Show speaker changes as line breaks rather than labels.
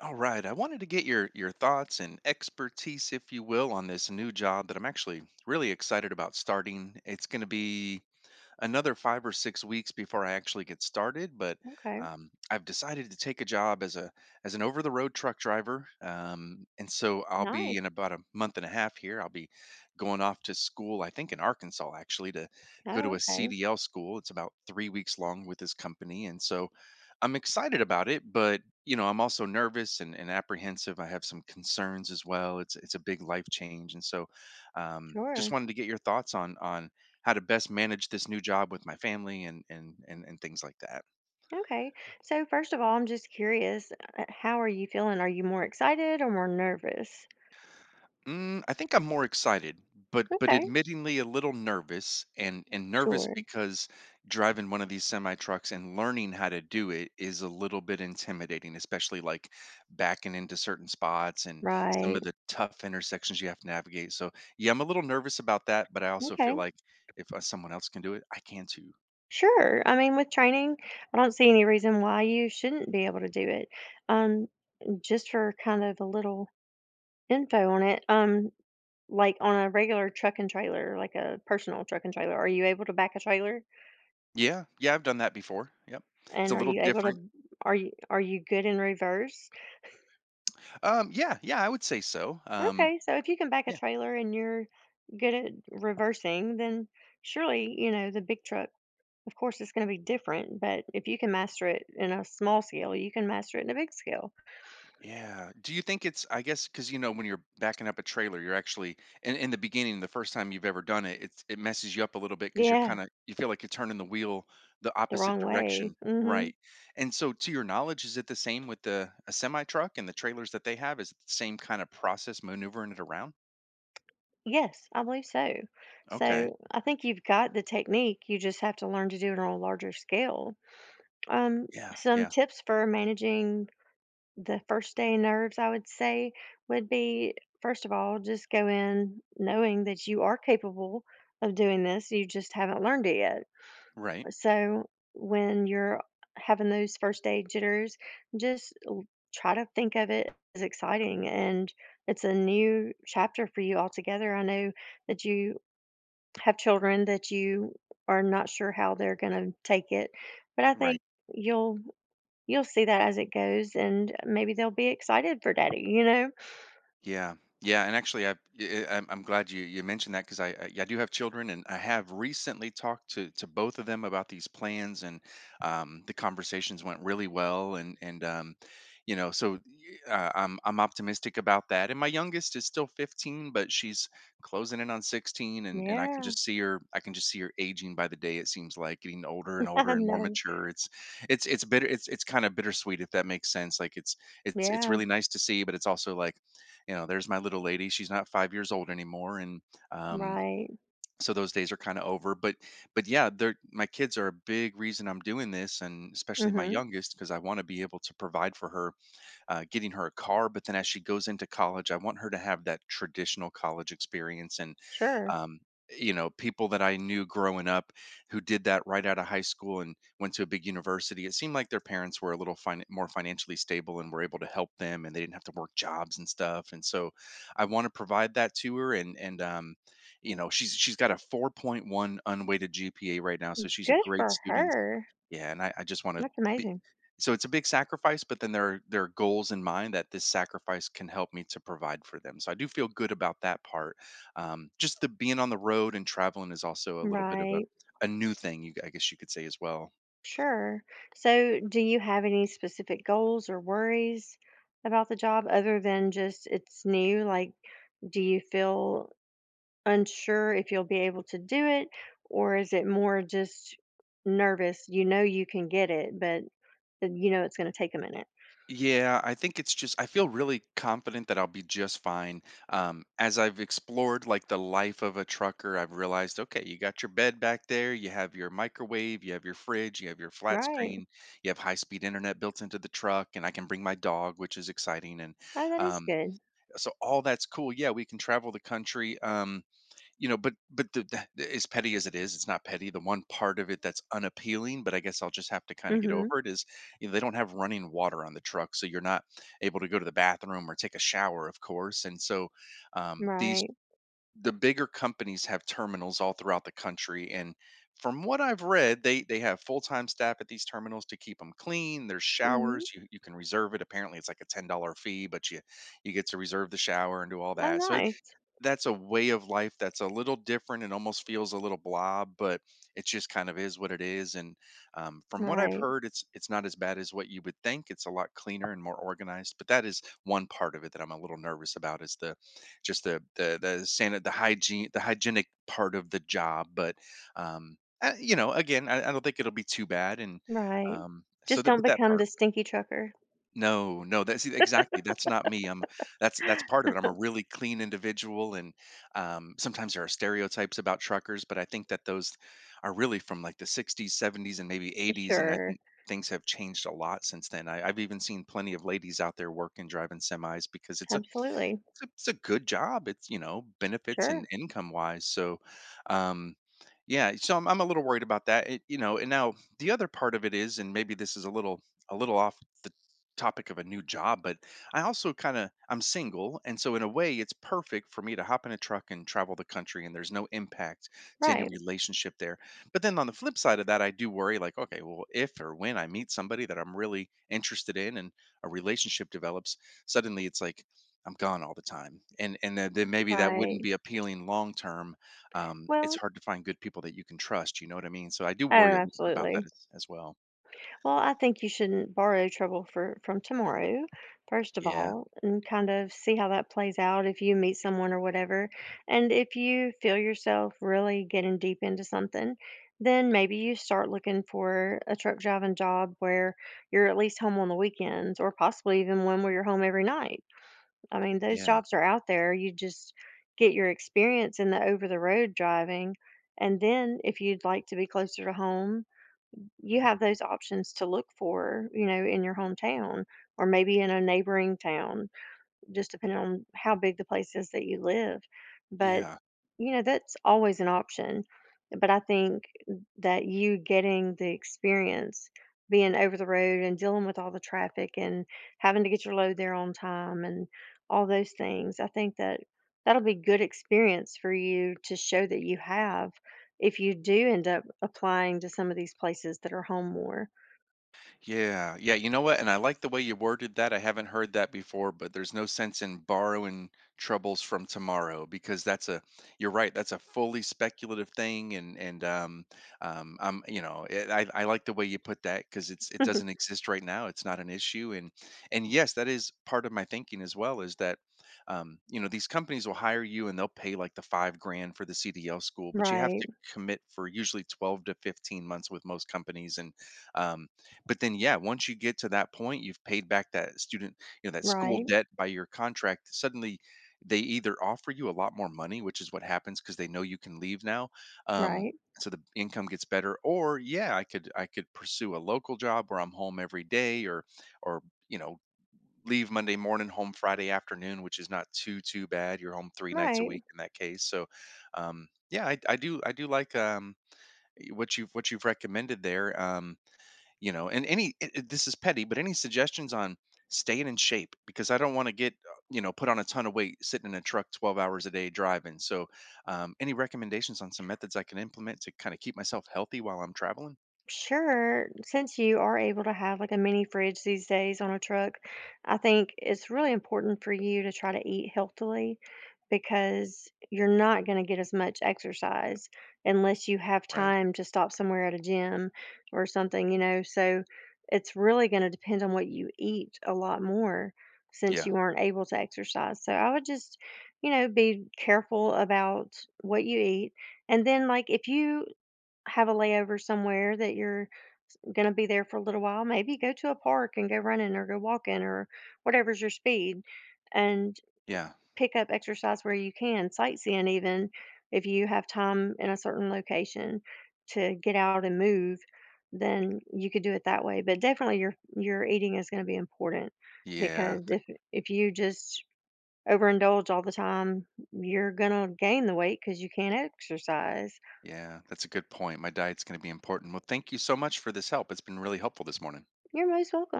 All right. I wanted to get your thoughts and expertise, if you will, on this new job that I'm actually really excited about starting. It's going to be another 5 or 6 weeks before I actually get started. But
Okay.
I've decided to take a job as a as an over the road truck driver, and so I'll be
Nice.
in about a month and a half here. I'll be going off to school, I think in Arkansas actually, to go
Oh,
to a
okay.
CDL school. It's about 3 weeks long with this company, and so I'm excited about it, but I'm also nervous and apprehensive. I have some concerns as well. It's a big life change, and so just
Sure.
wanted to get your thoughts on how to best manage this new job with my family and things like that.
Okay. So first of all, I'm just curious, how are you feeling? Are you more excited or more nervous?
I think I'm more excited, but
Okay.
admittingly a little nervous and nervous
Sure.
because driving one of these semi trucks and learning how to do it is a little bit intimidating, especially like backing into certain spots and some
Right.
of the tough intersections you have to navigate. So yeah, I'm a little nervous about that, but I also
Okay.
feel like if someone else can do it, I can too.
Sure. I mean, with training, I don't see any reason why you shouldn't be able to do it. Um, just for kind of a little info on it, like on a regular truck and trailer, like a personal truck and trailer, are you able to back a trailer?
Yeah, yeah, I've done that before. Yep, it's
And
a
are
little
you able to,
different.
are you good in reverse?
Yeah, yeah, I would say so.
Okay, so if you can back a
Yeah,
trailer and you're good at reversing, then surely, you know, the big truck, of course, it's going to be different. But if you can master it in a small scale, you can master it in a big scale.
yeah. Do you think it's, I guess, because when you're backing up a trailer, you're actually, in the beginning, the first time you've ever done it, it messes you up a little bit because you're
Yeah,
kind of, you feel like you're turning the wheel the
the
opposite
wrong way.
direction.
Hmm.
Right. And so, to your knowledge, is it the same with the a semi truck and the trailers that they have? Is it the same kind of process maneuvering it around?
Yes, I believe so.
Okay.
So I think you've got the technique. You just have to learn to do it on a larger scale. Um,
Yeah.
some
Yeah.
tips for managing the first day nerves, I would say, would be, first of all, just go in knowing that you are capable of doing this. You just haven't learned it yet.
Right.
So when you're having those first day jitters, just l- try to think of it as exciting and it's a new chapter for you altogether. I know that you have children that you are not sure how they're going to take it, but I
Right.
think you'll you'll see that as it goes, and maybe they'll be excited for daddy, you know?
Yeah. Yeah, and actually, I'm glad you mentioned that because I yeah, I do have children, and I have recently talked to both of them about these plans, and the conversations went really well, and so I'm optimistic about that. And my youngest is still 15, but she's closing in on 16, and I can
Yeah.
just see her I can just see her aging by the day. It seems like getting older and
I
older and more
know.
mature. It's bitter. It's kind of bittersweet if that makes sense. Like it's
Yeah.
really nice to see, but it's also like there's my little lady. She's not 5 years old anymore, and um,
Right.
so those days are kind of over. But yeah, they're my kids are a big reason I'm doing this, and
Mm.
especially my
Mhm.
youngest because I want to be able to provide for her, getting her a car. But then as she goes into college, I want her to have that traditional college experience, and
Sure.
um, people that I knew growing up who did that right out of high school and went to a big university. It seemed like their parents were a little more financially stable and were able to help them, and they didn't have to work jobs and stuff, and so I want to provide that to her. And she's got a 4.1 unweighted GPA right now, so she's a
Good
great
for
student.
her.
Yeah, and I just wanna
That's
be
amazing.
so it's a big sacrifice, but then there are goals in mind that this sacrifice can help me to provide for them, so I do feel good about that part. Just the being on the road and traveling is also a little bit of a
Right.
a new thing, you I guess you could say as well.
Sure. So, do you have any specific goals or worries about the job other than just it's new? Like, do you feel unsure if you'll be able to do it? Or is it more just nervous? You know you can get it, but you know it's going to take a minute.
Yeah, I think it's just I feel really confident that I'll be just fine. As I've explored like the life of a trucker, I've realized, okay, you got your bed back there, you have your microwave, you have your fridge, you have your flat
Right.
screen, you have high-speed internet built into the truck, and I can bring my dog, which is exciting. And
Oh, that is
um,
good.
so all that's cool. Yeah, we can travel the country. But the as petty as it is, it's not petty. The one part of it that's unappealing, but I guess I'll just have to kind of get
Mhm.
over it is, they don't have running water on the truck, so you're not able to go to the bathroom or take a shower, of course. And so um, these
Right.
the bigger companies have terminals all throughout the country, and from what I've read, they have full time staff at these terminals to keep them clean. There's
Mhm.
showers you can reserve it. Apparently, it's like a $10 fee, but you get to reserve the shower and do all
Oh,
that. So
nice.
that's a way of life that's a little different and almost feels a little blob, but it just kind of is what it is. And from what I've
Right.
heard, it's not as bad as what you would think. It's a lot cleaner and more organized. But that is one part of it that I'm a little nervous about is the just the sanit the hygienic part of the job. But um, again, I don't think it'll be too bad. And
Right.
so
Just
that
don't
but that
become the
part.
stinky trucker.
No, no, that's exactly, that's not me, I'm that's part of it, I'm a really clean individual, and, sometimes there are stereotypes about truckers, but I think that those are really from, like, the '60s, '70s, and maybe '80s, and I
Sure.
think things have changed a lot since then. I've even seen plenty of ladies out there working, driving semis because it's a
Absolutely.
it's a it's a good job. It's, benefits
Sure.
and income-wise, so, um, yeah, so I'm a little worried about that, and now the other part of it is, and maybe this is a little off the topic of a new job, but I also kinda I'm single, and so in a way, it's perfect for me to hop in a truck and travel the country, and there's no impact to any
Right.
relationship there, but then on the flip side of that, I do worry, like, okay, well, if or when I meet somebody that I'm really interested in and a relationship develops, suddenly it's like, I'm gone all the time, and then maybe that wouldn't
Right.
be appealing long term. It's
Well,
hard to find good people that you can trust. You know what I mean? So I do
oh,
worry a little bit about that
absolutely.
as well.
Well, I think you shouldn't borrow trouble for from tomorrow, first of
Yeah,
all, and kind of see how that plays out if you meet someone or whatever. And if you feel yourself really getting deep into something, then maybe you start looking for a truck driving job where you're at least home on the weekends or possibly even one where you're home every night. I mean, those
yeah,
jobs are out there. You just get your experience in the over the road driving. And then if you'd like to be closer to home, you have those options to look for, you know, in your hometown or maybe in a neighboring town just depending on how big the place is that you live. But,
yeah.
you know, that's always an option. But I think that you getting the experience, being over the road and dealing with all the traffic and having to get your load there on time and all those things, I think that that'll be good experience for you to show that you have if you do end up applying to some of these places that are home more.
Yeah, yeah, you know what? And I like the way you worded that. I haven't heard that before, but there's no sense in borrowing troubles from tomorrow because that's a you're right, that's a fully speculative thing and I like the way you put that because it doesn't exist right now. It's not an issue, and yes, that is part of my thinking as well is that these companies will hire you and they'll pay like the 5 grand for the CDL school, but you have
Right,
to commit for usually 12 to 15 months with most companies, and um but then, yeah, once you get to that point, you've paid back that school
right,
debt by your contract. Suddenly, they either offer you a lot more money, which is what happens because they know you can leave now. Um,
right,
so the income gets better, or yeah, I could pursue a local job where I'm home every day, or you know leave Monday morning, home Friday afternoon, which is not too too bad. You're home 3 nights a
right.
week in that case. So yeah, I do like what you've recommended there. You know and any it, it- This is petty but any suggestions on staying in shape because I don't want to get put on a ton of weight sitting in a truck 12 hours a day driving. So any recommendations on some methods I can implement to kind of keep myself healthy while I'm traveling?
Sure. Since you are able to have like a mini fridge these days on a truck, I think it's really important for you to try to eat healthily because you're not going to get as much exercise unless you have
Right.
time to stop somewhere at a gym or something, you know. So it's really going to depend on what you eat a lot more since
Yeah,
you aren't able to exercise. So I would just, you know, be careful about what you eat. And then, like, if you have a layover somewhere that you're going to be there for a little while, maybe go to a park and go running or go walking or whatever's your speed and
yeah,
pick up exercise where you can, sightseeing even if you have time in a certain location to get out and move, then you could do it that way. But definitely your eating is going to be important
yeah.
because if you just overindulge all the time, you're going to gain the weight cuz you can't exercise.
Yeah, that's a good point. My diet's going to be important. Well, thank you so much for this help. It's been really helpful this morning.
You're most welcome.